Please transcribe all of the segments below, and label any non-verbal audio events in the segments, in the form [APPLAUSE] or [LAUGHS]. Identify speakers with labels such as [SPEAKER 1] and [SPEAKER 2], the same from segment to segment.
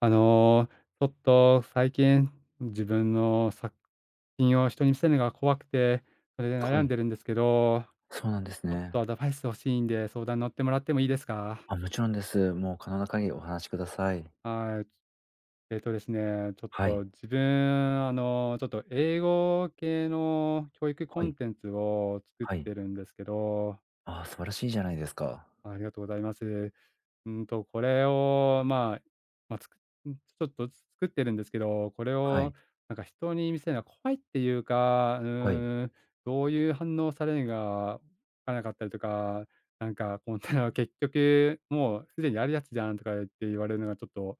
[SPEAKER 1] あの、ちょっと最近、自分の作品を人に見せるのが怖くて、それで
[SPEAKER 2] は
[SPEAKER 1] 悩ん
[SPEAKER 2] い、
[SPEAKER 1] でるんですけど、
[SPEAKER 2] そうなんです
[SPEAKER 1] ちょっ
[SPEAKER 2] ね。
[SPEAKER 1] とアドバイス欲しいんで、相談乗ってもらってもいいですか？
[SPEAKER 2] あ、もちろんです。もう可能な限りお話しください。
[SPEAKER 1] はい。えっとですね、ちょっ
[SPEAKER 2] はい、
[SPEAKER 1] と自分、ちょっと英語系の教育コ
[SPEAKER 2] は
[SPEAKER 1] ン
[SPEAKER 2] い、
[SPEAKER 1] テンツを作
[SPEAKER 2] は
[SPEAKER 1] っ
[SPEAKER 2] い。
[SPEAKER 1] てるんですけど、
[SPEAKER 2] ああ、素晴らしいじゃないですか。
[SPEAKER 1] ありがとうございます。これを、まあ、まあ、つくん、ちょっとずつ作ってるんですけど、これ
[SPEAKER 2] は
[SPEAKER 1] を
[SPEAKER 2] い、
[SPEAKER 1] なんか人に見せるのは怖いっていうか、
[SPEAKER 2] はい。
[SPEAKER 1] どういう反応されるのかわからなかったりとか、なんかこん [LAUGHS] なの結局もうすでにあるやつじゃんとか言って言われるのがちょっと、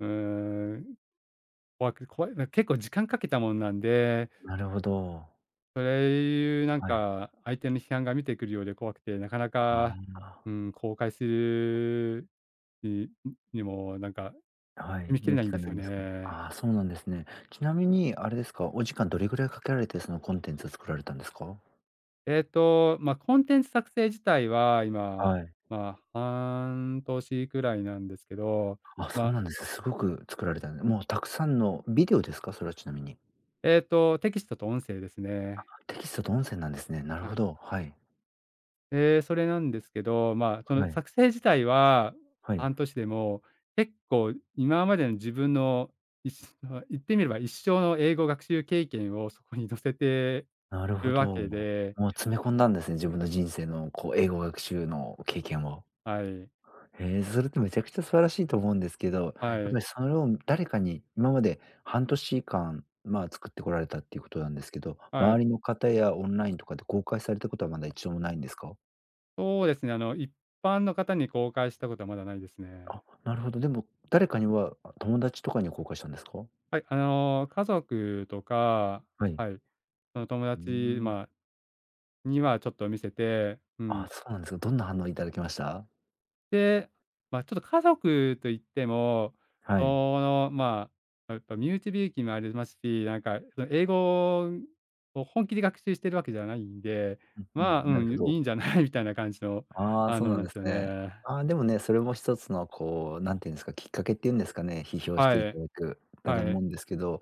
[SPEAKER 1] うーん、怖い、なんか結構時間かけたもんなんで、
[SPEAKER 2] なるほど。
[SPEAKER 1] それいうなん
[SPEAKER 2] はい。
[SPEAKER 1] か、相手の批判が見てくるようで怖くて、なかな
[SPEAKER 2] あ
[SPEAKER 1] か、うん、公開するににもなんか
[SPEAKER 2] あ、は
[SPEAKER 1] 踏
[SPEAKER 2] い、
[SPEAKER 1] み切れ
[SPEAKER 2] 勇
[SPEAKER 1] ない
[SPEAKER 2] 気
[SPEAKER 1] んで
[SPEAKER 2] が
[SPEAKER 1] す
[SPEAKER 2] な
[SPEAKER 1] よ
[SPEAKER 2] いんですかね。
[SPEAKER 1] ね。
[SPEAKER 2] ああ、そうなんですね。ちなみにあれですか、お時間どれぐらいかけられて、そのコンテンツを作られたんですか？
[SPEAKER 1] まあ、コンテンツ作成自体は今、
[SPEAKER 2] はい。
[SPEAKER 1] まあ、半年くらいなんですけど、
[SPEAKER 2] あ、
[SPEAKER 1] ま
[SPEAKER 2] そう
[SPEAKER 1] あ、
[SPEAKER 2] なんです。すごく作られたんで、もうたくさんのビデオですか？それはちなみに。
[SPEAKER 1] テキストと音声ですね。
[SPEAKER 2] テキストと音声なんですね。なるほど。はい。
[SPEAKER 1] で、それなんですけど、まあ、そ
[SPEAKER 2] は
[SPEAKER 1] の
[SPEAKER 2] い。
[SPEAKER 1] 作成自体は
[SPEAKER 2] はい。
[SPEAKER 1] 半年でも、結構今までの自分の、まあ、言ってみれば一生の英語学習経験をそこに乗せて
[SPEAKER 2] なるほ
[SPEAKER 1] る
[SPEAKER 2] ど。
[SPEAKER 1] わけ
[SPEAKER 2] も
[SPEAKER 1] で、
[SPEAKER 2] う詰め込んだんですね、自分の人生のこう英語学習の経験を。
[SPEAKER 1] はい。
[SPEAKER 2] へえ、それってめちゃくちゃ素晴らしいと思うんですけど、やっ
[SPEAKER 1] は
[SPEAKER 2] ぱ
[SPEAKER 1] い、
[SPEAKER 2] りそれを誰かに今まで半年間、まあ、作ってこられたっていうことなんですけど、
[SPEAKER 1] はい。
[SPEAKER 2] 周りの方やオンラインとかで公開されたことはまだ一度もないんですか？
[SPEAKER 1] そうですね、一般の方に公開したことはまだないですね。
[SPEAKER 2] あ、なるほど。でも誰かには、あ、友達とかには公開したんですか？
[SPEAKER 1] はい、家族とか、
[SPEAKER 2] はい。
[SPEAKER 1] はい、その友
[SPEAKER 2] うー
[SPEAKER 1] 達、
[SPEAKER 2] ん。
[SPEAKER 1] まあ、にはちょっと見せて、う
[SPEAKER 2] あ、
[SPEAKER 1] ん。
[SPEAKER 2] そうなんですか。どんな反応いただきました？
[SPEAKER 1] で、まあ、ちょっと家族といっても、
[SPEAKER 2] はい。
[SPEAKER 1] まあ、やっぱ身内びいきもありますし、なんかその英語を本気で学習してるわけじゃないんで、
[SPEAKER 2] うんう
[SPEAKER 1] まあ、
[SPEAKER 2] ん、な
[SPEAKER 1] う
[SPEAKER 2] る
[SPEAKER 1] ん、
[SPEAKER 2] ほ
[SPEAKER 1] い
[SPEAKER 2] ど。
[SPEAKER 1] いんじゃない [LAUGHS] みたいな感じの、
[SPEAKER 2] ああ、そうなん
[SPEAKER 1] なん
[SPEAKER 2] で
[SPEAKER 1] です
[SPEAKER 2] す
[SPEAKER 1] よ
[SPEAKER 2] ね。
[SPEAKER 1] ね。
[SPEAKER 2] ああ、でもね、それも一つのこう、なんていうんですか、きっかけっていうんですかね、批評し
[SPEAKER 1] は
[SPEAKER 2] ていた
[SPEAKER 1] い、
[SPEAKER 2] だく、だと
[SPEAKER 1] は
[SPEAKER 2] 思
[SPEAKER 1] い、
[SPEAKER 2] うんですけど、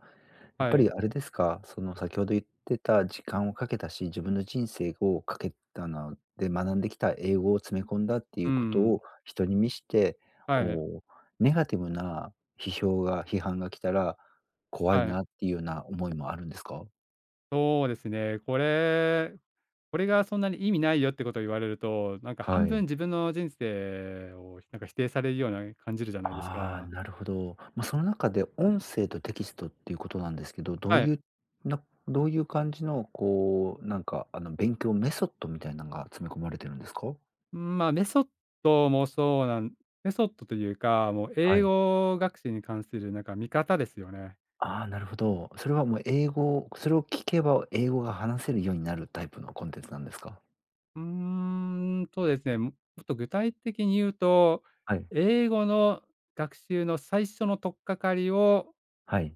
[SPEAKER 2] やっぱ
[SPEAKER 1] はい、
[SPEAKER 2] りあれですか、その先ほど言ってた時間をかけたし、自分の人生をかけたので、学んできた英語を詰め込んだってい
[SPEAKER 1] う
[SPEAKER 2] うこと
[SPEAKER 1] ん、
[SPEAKER 2] を人に見して、
[SPEAKER 1] はい、
[SPEAKER 2] こう、ネガティブな批評が批判が来たら、怖い
[SPEAKER 1] は
[SPEAKER 2] な
[SPEAKER 1] い。
[SPEAKER 2] っていうような思いもあるんですか？
[SPEAKER 1] そうですね。これがそんなに意味ないよってことを言われると、なんか半
[SPEAKER 2] は
[SPEAKER 1] 分
[SPEAKER 2] い。
[SPEAKER 1] 自分の人生をなんか否定されるような感じるじゃないです
[SPEAKER 2] ああ、
[SPEAKER 1] か。
[SPEAKER 2] なるほど。まあ、その中で音声とテキストっていうことなんですけど、どう
[SPEAKER 1] はい。
[SPEAKER 2] いうなどういう感じのこう、なんかあの、勉強メソッドみたいなのが詰め込まれてるんですか？
[SPEAKER 1] まあ、ドもそうなんメソッドというか、もう
[SPEAKER 2] は
[SPEAKER 1] 英
[SPEAKER 2] い。
[SPEAKER 1] 語学習に関するなんか見方ですよね。
[SPEAKER 2] ああ、なるほど。それはもう英語それを聞けば英語が話せるようになるタイプのコンテンツなんですか？
[SPEAKER 1] うーんとですね、もっと具体的に言うと、
[SPEAKER 2] はい、
[SPEAKER 1] 英語の学習の最初の取っかかりを
[SPEAKER 2] はい。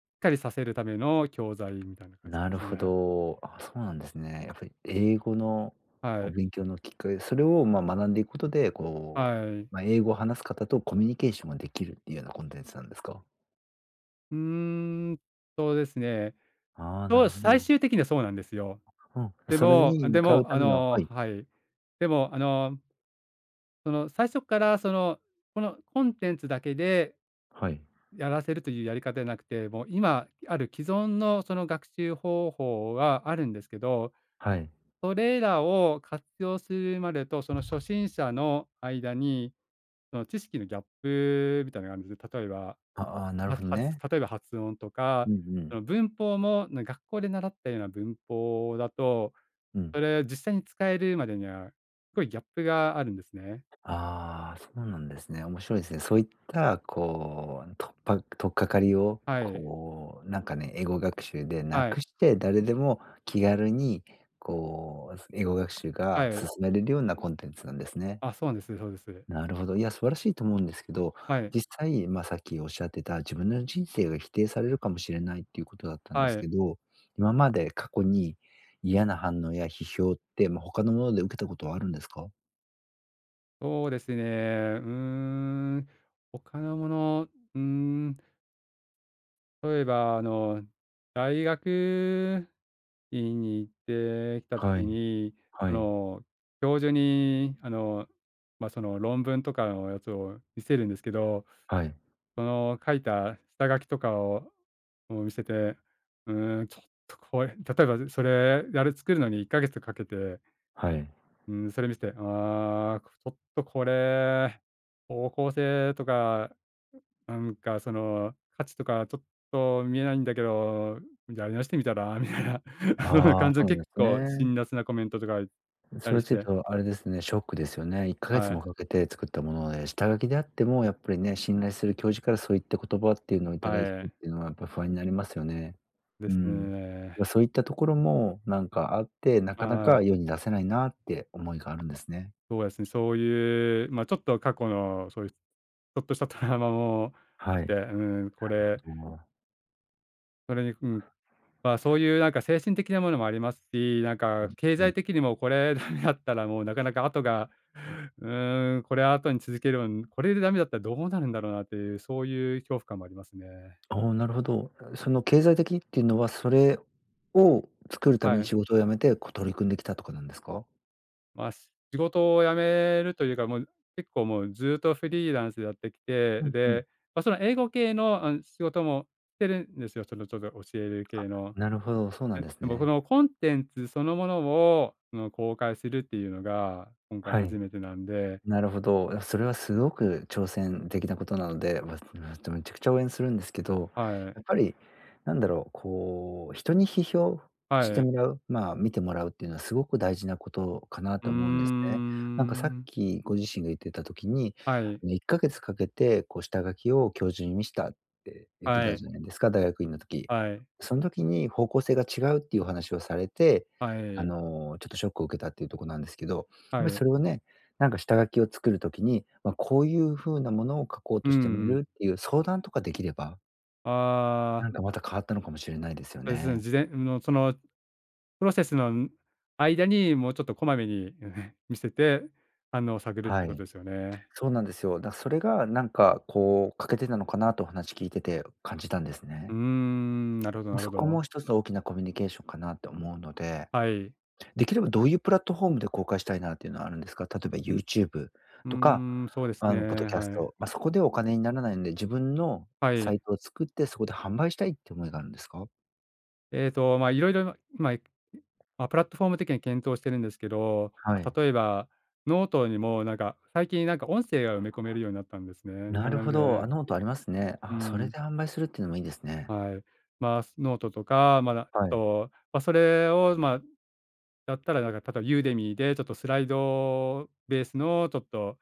[SPEAKER 1] しっかりさせるための教材みたいな感じな
[SPEAKER 2] な
[SPEAKER 1] んで
[SPEAKER 2] る
[SPEAKER 1] す
[SPEAKER 2] ほ
[SPEAKER 1] ね。
[SPEAKER 2] ど。あ、そうなんですね。やっぱり英語の
[SPEAKER 1] は
[SPEAKER 2] こう
[SPEAKER 1] い。
[SPEAKER 2] 勉強のきっかけそれを、ま、学んでいくことで、こ
[SPEAKER 1] はい。
[SPEAKER 2] う、まあ、英語を話す方とコミュニケーションができるっていうようなコンテンツなんですか？
[SPEAKER 1] うーんとですね、
[SPEAKER 2] ああ、な
[SPEAKER 1] そ
[SPEAKER 2] る
[SPEAKER 1] う
[SPEAKER 2] ほ
[SPEAKER 1] 最
[SPEAKER 2] ど。
[SPEAKER 1] 終的にはそうなんですよ。
[SPEAKER 2] うん。
[SPEAKER 1] で
[SPEAKER 2] それ
[SPEAKER 1] も
[SPEAKER 2] に向
[SPEAKER 1] で
[SPEAKER 2] か
[SPEAKER 1] も、
[SPEAKER 2] うた
[SPEAKER 1] あ
[SPEAKER 2] めのは
[SPEAKER 1] の
[SPEAKER 2] い。
[SPEAKER 1] はい。でも、その最初からこのコンテンツだけで
[SPEAKER 2] はい。
[SPEAKER 1] やらせるというやり方じゃなくて、もう今ある既存のその学習方法があるんですけど、
[SPEAKER 2] はい。
[SPEAKER 1] それらを活用するまでと、その初心者の間に、その知識のギャップみたいなのがあるんです。例えば、
[SPEAKER 2] あああ、なるほどね。
[SPEAKER 1] 例えば発音と
[SPEAKER 2] う
[SPEAKER 1] か、
[SPEAKER 2] んうん。
[SPEAKER 1] その文法も、学校で習ったような文法だと、
[SPEAKER 2] うん。
[SPEAKER 1] それ実際に使えるまでには、すごいギャップがあるんですね。
[SPEAKER 2] ああ、そうなんですね。面白いですね。そういった、こう、とっぱ取っかかりを、
[SPEAKER 1] はい。
[SPEAKER 2] こう、なんかね、英語学習でな
[SPEAKER 1] はい。
[SPEAKER 2] くして、誰でも気軽に、こう、英語学習が
[SPEAKER 1] は
[SPEAKER 2] 進
[SPEAKER 1] い。
[SPEAKER 2] めれるようなコンテンツなんですね。
[SPEAKER 1] あ、そうです、そうです。
[SPEAKER 2] なるほど。いや、素晴らしいと思うんですけど、
[SPEAKER 1] はい、
[SPEAKER 2] 実際、まあ、さっきおっしゃってた自分の人生が否定されるかもしれないっていうことだったんです
[SPEAKER 1] は
[SPEAKER 2] け
[SPEAKER 1] い。
[SPEAKER 2] ど、今まで過去に嫌な反応や批評って、まあ、他のもので受けたことはあるんですか？
[SPEAKER 1] そうですね。うーん、他のもの、うーん、例えば大学院に行ってきたと
[SPEAKER 2] は
[SPEAKER 1] き
[SPEAKER 2] い、
[SPEAKER 1] に、
[SPEAKER 2] は
[SPEAKER 1] そ
[SPEAKER 2] い、
[SPEAKER 1] の、教授にまあ、その論文とかのやつを見せるんですけど、
[SPEAKER 2] はい、
[SPEAKER 1] その書いた下書きとかを見せて、うーん、ちょっとこれ [LAUGHS] 例えばそれあれ作るのに1ヶ月かけて、
[SPEAKER 2] はい。
[SPEAKER 1] うん、それ見せて、ああ、ちょっとこれ、方向性とか、なんかその価値とかちょっと見えないんだけど、じゃあやり直してみたらみたいな [LAUGHS]、そんな
[SPEAKER 2] ああ、
[SPEAKER 1] 感じで
[SPEAKER 2] そうなんで
[SPEAKER 1] 結
[SPEAKER 2] す
[SPEAKER 1] 構辛
[SPEAKER 2] ね。
[SPEAKER 1] 辣なコメントとか言った
[SPEAKER 2] そ
[SPEAKER 1] り
[SPEAKER 2] れ
[SPEAKER 1] し
[SPEAKER 2] ちょっ
[SPEAKER 1] て、
[SPEAKER 2] とあれですね、ショックですよね。1ヶ
[SPEAKER 1] は
[SPEAKER 2] 月も
[SPEAKER 1] い、
[SPEAKER 2] かけて作ったもので、下書きであってもやっぱりね、信頼する教授からそういった言葉っていうのをいただくっ
[SPEAKER 1] はい、
[SPEAKER 2] ていうのはやっぱ不安になりますよね。
[SPEAKER 1] で
[SPEAKER 2] う
[SPEAKER 1] す
[SPEAKER 2] ん。
[SPEAKER 1] ね。
[SPEAKER 2] ま、そういったところもなんかあって、なかな
[SPEAKER 1] は
[SPEAKER 2] か
[SPEAKER 1] い、
[SPEAKER 2] 世に出せないなって思いがあるんですね。
[SPEAKER 1] そうですね、そういう、まあちょっと過去のそういうちょっとしたトラウマもあ
[SPEAKER 2] は
[SPEAKER 1] っ
[SPEAKER 2] い、
[SPEAKER 1] て、うん、
[SPEAKER 2] なるほど。
[SPEAKER 1] それに、うん。まあ、そういうなんか精神的なものもありますし、なんか経
[SPEAKER 2] う
[SPEAKER 1] 済
[SPEAKER 2] ん。
[SPEAKER 1] 的にもこれ [LAUGHS] ダメだったらもうなかなか後が、これ後に続けるの、これでダメだったらどうなるんだろうなっていう、そういう恐怖感もありますね。
[SPEAKER 2] おあ、なるほど。その経済的っていうのは、それを作るため
[SPEAKER 1] は
[SPEAKER 2] に
[SPEAKER 1] い。
[SPEAKER 2] 仕事を辞めて、こう取り組んできたとかなんですか？
[SPEAKER 1] まあ、仕事を辞めるというか、もう結構もうずっとフリーランスでやってきて、
[SPEAKER 2] うんうん。
[SPEAKER 1] で、まあ、その英語系の、仕事もしてるんですよ。そのちょっと教える系の。
[SPEAKER 2] なるほど、そうなん
[SPEAKER 1] え、
[SPEAKER 2] です
[SPEAKER 1] でもこ
[SPEAKER 2] ね。
[SPEAKER 1] のコンテンツそのものを、その、公開するっていうのが、今回
[SPEAKER 2] はい。
[SPEAKER 1] 初めてなんで、
[SPEAKER 2] なるほど。それはすごく挑戦的なことなので、[LAUGHS] めちゃくちゃ応援するんですけど、
[SPEAKER 1] はい、
[SPEAKER 2] やっぱりなんだろう、こう、人に批評し
[SPEAKER 1] は
[SPEAKER 2] て
[SPEAKER 1] い。
[SPEAKER 2] もらう、まあ、見てもらうっていうのはすごく大事なことかな
[SPEAKER 1] うー
[SPEAKER 2] と思うんですね。なんかさっ
[SPEAKER 1] ん。
[SPEAKER 2] きご自身が言ってた時に、
[SPEAKER 1] はい、
[SPEAKER 2] あの1ヶ月かけてこう下書きを教授に見したって言って
[SPEAKER 1] は
[SPEAKER 2] た
[SPEAKER 1] い、
[SPEAKER 2] じゃないですか、大学院の時。
[SPEAKER 1] はい、
[SPEAKER 2] その時に方向性が違うっていうお話をされて、
[SPEAKER 1] は
[SPEAKER 2] あ
[SPEAKER 1] い、
[SPEAKER 2] の、ちょっとショックを受けたっていうところなんですけど、やっぱ
[SPEAKER 1] は
[SPEAKER 2] り
[SPEAKER 1] い。
[SPEAKER 2] それをね、なんか下書きを作る時に、ま、こういう風なものを書こう
[SPEAKER 1] うん
[SPEAKER 2] としてみ
[SPEAKER 1] ん。
[SPEAKER 2] るっていう相談とかできれば、
[SPEAKER 1] ああ、
[SPEAKER 2] なんかまた変わったのかもしれないですよ
[SPEAKER 1] そうですね、
[SPEAKER 2] ね。
[SPEAKER 1] 事前のその、プロセスの、間に、もうちょっとこまめに [LAUGHS] 見せて、反応を探るっ
[SPEAKER 2] は
[SPEAKER 1] てこ
[SPEAKER 2] い。
[SPEAKER 1] とですよね。
[SPEAKER 2] そうなんですよ。だ、それがなんかこう欠けてたのかなとお話聞いてて感じたんです
[SPEAKER 1] うー
[SPEAKER 2] ね。
[SPEAKER 1] ん、なるほど、な
[SPEAKER 2] ま、
[SPEAKER 1] るほ
[SPEAKER 2] そこ
[SPEAKER 1] ど。
[SPEAKER 2] も一つの大きなコミュニケーションかなと思うので、
[SPEAKER 1] はい。
[SPEAKER 2] できればどういうプラットフォームで公開したいなっていうのはあるんですか？例えば YouTube
[SPEAKER 1] う
[SPEAKER 2] とか、
[SPEAKER 1] ーん、そうです
[SPEAKER 2] あ
[SPEAKER 1] ね、
[SPEAKER 2] の、ポッドキャス
[SPEAKER 1] はい。
[SPEAKER 2] ト、ま、そこでお金にならないんで、自分の
[SPEAKER 1] は
[SPEAKER 2] サ
[SPEAKER 1] い。
[SPEAKER 2] イトを作ってそこで販売したいって思いがあるんですか？
[SPEAKER 1] まあ、いろいろ、まあプラットフォーム的に検討してるんですけど、
[SPEAKER 2] はい。
[SPEAKER 1] ま、例えば、ノートにもなんか、最近なんか音声が埋め込めるようになったんですね。
[SPEAKER 2] な
[SPEAKER 1] な
[SPEAKER 2] る
[SPEAKER 1] の
[SPEAKER 2] ほど。
[SPEAKER 1] で、
[SPEAKER 2] あ、ノートありますね。
[SPEAKER 1] う
[SPEAKER 2] あ、それ
[SPEAKER 1] ん、
[SPEAKER 2] で販売するっていうのもいいですね。
[SPEAKER 1] はい。まあ、ノートとか、まあ、
[SPEAKER 2] はい。
[SPEAKER 1] まあ、それを、まあ、やったらなんか、例えば Udemy でちょっとスライドベースのちょっと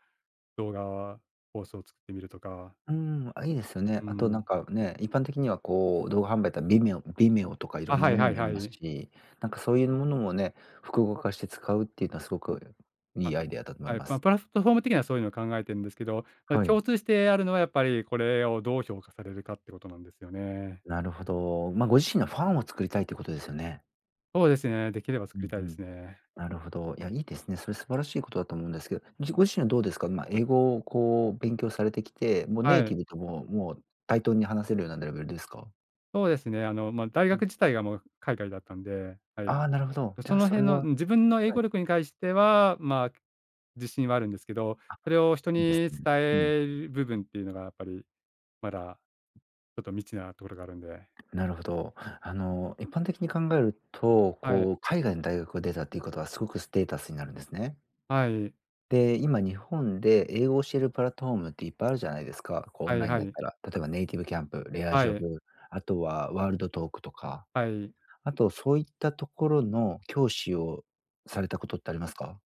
[SPEAKER 1] 動画コースを作ってみるとか、
[SPEAKER 2] うん、あ、いいですよね。
[SPEAKER 1] う
[SPEAKER 2] あとなん
[SPEAKER 1] ん。
[SPEAKER 2] かね、一般的にはこう動画販売だったら Vimeo とかい
[SPEAKER 1] あ、
[SPEAKER 2] ろんな
[SPEAKER 1] はい、
[SPEAKER 2] もの
[SPEAKER 1] は
[SPEAKER 2] も
[SPEAKER 1] い、
[SPEAKER 2] あり
[SPEAKER 1] は
[SPEAKER 2] ます
[SPEAKER 1] い。
[SPEAKER 2] し、なんかそういうものもね、複合化して使うっていうのはすごくい
[SPEAKER 1] あ、
[SPEAKER 2] いアイデアだと思い
[SPEAKER 1] はい、
[SPEAKER 2] ま
[SPEAKER 1] まあ、
[SPEAKER 2] す。
[SPEAKER 1] プラットフォーム的にはそういうのを考えてるんですけど、まあ、
[SPEAKER 2] はい。
[SPEAKER 1] 共通してあるのはやっぱりこれをどう評価されるかってことなんですよね。
[SPEAKER 2] なるほど。ま、あご自身のファンを作りたいということですよね。
[SPEAKER 1] そうですね、できれば
[SPEAKER 2] う
[SPEAKER 1] 作り
[SPEAKER 2] ん
[SPEAKER 1] た
[SPEAKER 2] う
[SPEAKER 1] いで
[SPEAKER 2] ん。
[SPEAKER 1] すね。
[SPEAKER 2] なるほど。いや、いいですね。それ素晴らしいことだと思うんですけど、じご自身はどうですか？まあ、英語をこう勉強されてきて、もうネイ
[SPEAKER 1] は
[SPEAKER 2] ティ
[SPEAKER 1] い。
[SPEAKER 2] ブともう対等に話せるようなレベルですか？
[SPEAKER 1] そうですね、まあ、大
[SPEAKER 2] う
[SPEAKER 1] 学
[SPEAKER 2] ん。
[SPEAKER 1] 自体がもう海外だったんで、はい。
[SPEAKER 2] ああ、なるほど。じゃ
[SPEAKER 1] そ
[SPEAKER 2] あ
[SPEAKER 1] の
[SPEAKER 2] それ
[SPEAKER 1] 辺の、うん、
[SPEAKER 2] は
[SPEAKER 1] 自分の英
[SPEAKER 2] はい。
[SPEAKER 1] 語力に関しては、まあ、自信はあるんですけど、
[SPEAKER 2] あ、
[SPEAKER 1] それを人
[SPEAKER 2] いいです
[SPEAKER 1] に伝
[SPEAKER 2] ね。うん、
[SPEAKER 1] える部分っていうのがやっぱりまだちょっと未知なところがあるんで。
[SPEAKER 2] なるほど。あの、一般的に考えると、
[SPEAKER 1] はい、
[SPEAKER 2] こう海外の大学を出たっていうことはすごくステータスになるんですね。
[SPEAKER 1] はい、
[SPEAKER 2] で、今日本で英語を教えるプラットフォームっていっぱいあるじゃないですか。こうオ
[SPEAKER 1] は
[SPEAKER 2] ン
[SPEAKER 1] い、
[SPEAKER 2] ライン
[SPEAKER 1] は
[SPEAKER 2] だっ
[SPEAKER 1] い、
[SPEAKER 2] たら、例えばネイティブキャンプ、レア
[SPEAKER 1] は
[SPEAKER 2] ジョ
[SPEAKER 1] い、
[SPEAKER 2] ブ、あとはワールドトークとか。
[SPEAKER 1] はい。
[SPEAKER 2] あと、そういったところの教師をされたことってありますか？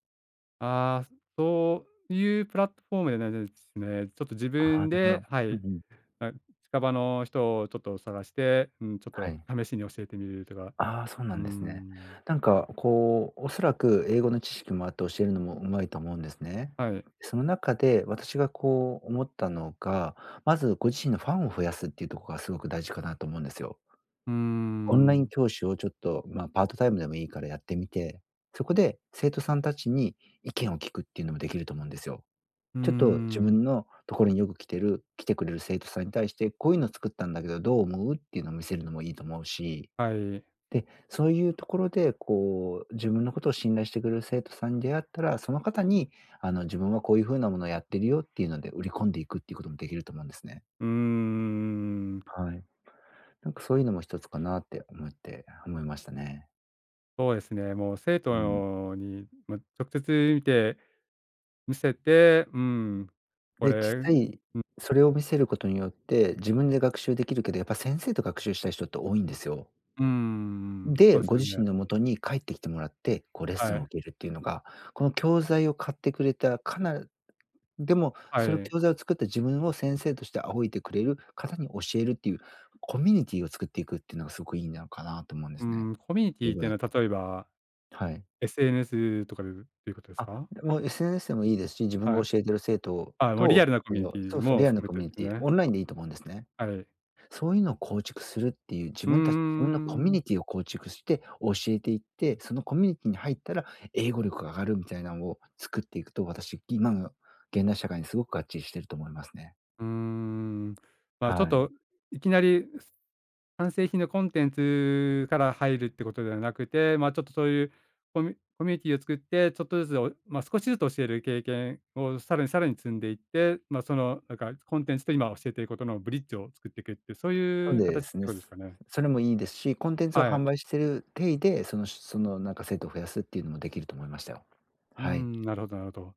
[SPEAKER 1] ああ、そういうプラットフォームではないですね。ちょっと自
[SPEAKER 2] あ
[SPEAKER 1] 分
[SPEAKER 2] あ、なるほ
[SPEAKER 1] で、
[SPEAKER 2] ど。
[SPEAKER 1] は
[SPEAKER 2] う
[SPEAKER 1] い、
[SPEAKER 2] んうん。
[SPEAKER 1] あ、近場の人をちょっと探して、うん、ちょっ
[SPEAKER 2] は
[SPEAKER 1] と
[SPEAKER 2] い。
[SPEAKER 1] 試しに教えてみるとか、
[SPEAKER 2] ああ、そう
[SPEAKER 1] う
[SPEAKER 2] な
[SPEAKER 1] ー
[SPEAKER 2] んですね。
[SPEAKER 1] ん、
[SPEAKER 2] なんかこう、おそらく英語の知識もあって教えるのも上手いと思うんですね。
[SPEAKER 1] はい、
[SPEAKER 2] その中で私がこう思ったのが、まずご自身のファンを増やすっていうところがすごく大事かなと思うんですよ。
[SPEAKER 1] うー
[SPEAKER 2] オンライン
[SPEAKER 1] ん、
[SPEAKER 2] 教師をちょっと、まあ、パートタイムでもいいからやってみて、そこで生徒さんたちに意見を聞くっていうのもできると思うんですよ。
[SPEAKER 1] うー
[SPEAKER 2] ちょっと自
[SPEAKER 1] ん、
[SPEAKER 2] 分のところによく来てくれる生徒さんに対して、こういうの作ったんだけどどう思う？っていうのを見せるのもいいと思うし、
[SPEAKER 1] はい、
[SPEAKER 2] で、そういうところでこう、自分のことを信頼してくれる生徒さんに出会ったら、その方にあの、自分はこういう風なものをやってるよっていうので売り込んでいくっていうこともできると思うんですね。
[SPEAKER 1] うーん、
[SPEAKER 2] はい。なんかそういうのも一つかなって思いましたね。
[SPEAKER 1] そうですね、もう生
[SPEAKER 2] うん。
[SPEAKER 1] 徒に、ま、直接見て見せて、うん、こ
[SPEAKER 2] で、実
[SPEAKER 1] れ
[SPEAKER 2] 際、それを見せることによって、自分で学習できるけど、やっぱ先生と学習したい人って多いんですよ。
[SPEAKER 1] うん、そ
[SPEAKER 2] で、
[SPEAKER 1] うです
[SPEAKER 2] ご
[SPEAKER 1] よ
[SPEAKER 2] 自
[SPEAKER 1] ね。
[SPEAKER 2] 身の元に帰ってきてもらって、こうレッス
[SPEAKER 1] は
[SPEAKER 2] ンを
[SPEAKER 1] い、
[SPEAKER 2] 受けるっていうのが、この教材を買ってくれた、かなでも、
[SPEAKER 1] は
[SPEAKER 2] その
[SPEAKER 1] い、
[SPEAKER 2] 教材を作った自分を先生として仰いでくれる方に教えるっていう、コミュニティを作っていくっていうのがすごくいいのかなと思うんで
[SPEAKER 1] う
[SPEAKER 2] すね。
[SPEAKER 1] ん、コミュニテ
[SPEAKER 2] 英
[SPEAKER 1] ィっ
[SPEAKER 2] 語
[SPEAKER 1] ていう
[SPEAKER 2] だ
[SPEAKER 1] のは
[SPEAKER 2] と。
[SPEAKER 1] 例えば
[SPEAKER 2] はい。
[SPEAKER 1] SNS とかでっていうことです
[SPEAKER 2] あ、
[SPEAKER 1] か？
[SPEAKER 2] でも SNS でもいいですし、自分
[SPEAKER 1] はい。
[SPEAKER 2] が教えてる生徒
[SPEAKER 1] あ、もうリア
[SPEAKER 2] と、
[SPEAKER 1] ルなコ
[SPEAKER 2] そ
[SPEAKER 1] ミュニ
[SPEAKER 2] の
[SPEAKER 1] ティ
[SPEAKER 2] そうそう、
[SPEAKER 1] も
[SPEAKER 2] リアルな
[SPEAKER 1] 含め
[SPEAKER 2] コ
[SPEAKER 1] て
[SPEAKER 2] ミ
[SPEAKER 1] で
[SPEAKER 2] ュニ
[SPEAKER 1] す
[SPEAKER 2] ティ、
[SPEAKER 1] ね。
[SPEAKER 2] オンラインでいいと思うんですね。
[SPEAKER 1] はい。
[SPEAKER 2] そういうのを構築するっていう、
[SPEAKER 1] うー
[SPEAKER 2] 自分のコミュ
[SPEAKER 1] ん。
[SPEAKER 2] ニティを構築して教えていって、そのコミュニティに入ったら英語力が上がるみたいなのを作っていくと、私、今の現代社会にすごく合致してると思いますね。
[SPEAKER 1] うーん。まあ、ちょっ
[SPEAKER 2] は
[SPEAKER 1] と
[SPEAKER 2] い。
[SPEAKER 1] いきなり完成品のコンテンツから入るってことではなくて、まあ、ちょっとそういうコミュニティを作って、ちょっとずつ、まあ、少しずつ教える経験をさらに積んでいって、まあ、その、なんかコンテンツと今教えていることのブリッジを作っていくって、そう
[SPEAKER 2] そう
[SPEAKER 1] いう
[SPEAKER 2] で
[SPEAKER 1] 形っ
[SPEAKER 2] す
[SPEAKER 1] て
[SPEAKER 2] ね。
[SPEAKER 1] ことですかね？
[SPEAKER 2] それもいいですし、コンテンツを
[SPEAKER 1] はい。
[SPEAKER 2] 販売してる体で、そのなんか生徒を増やすっていうのもできると思いましたよ。
[SPEAKER 1] うー
[SPEAKER 2] はい。
[SPEAKER 1] ん、なるほど、なるほど。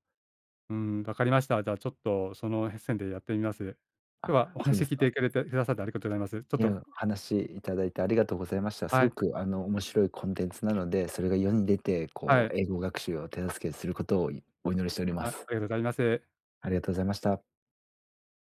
[SPEAKER 1] うん、わかりました。じゃあ、ちょっとそのへ線でやってみます。
[SPEAKER 2] あ、
[SPEAKER 1] 今日はお
[SPEAKER 2] そう
[SPEAKER 1] 話
[SPEAKER 2] です
[SPEAKER 1] 聞いて
[SPEAKER 2] か。
[SPEAKER 1] くれてくださってありがとうございます。ちょっ
[SPEAKER 2] いや、
[SPEAKER 1] と
[SPEAKER 2] お話いただいてありがとうございました。す
[SPEAKER 1] は
[SPEAKER 2] ご
[SPEAKER 1] い、
[SPEAKER 2] くあの面白いコンテンツなので、それが世に出て、
[SPEAKER 1] は
[SPEAKER 2] こう
[SPEAKER 1] い、
[SPEAKER 2] 英語学習を手助けすることをお祈りしておりま
[SPEAKER 1] あ
[SPEAKER 2] す。
[SPEAKER 1] りがとうございます。
[SPEAKER 2] ありがとうございました。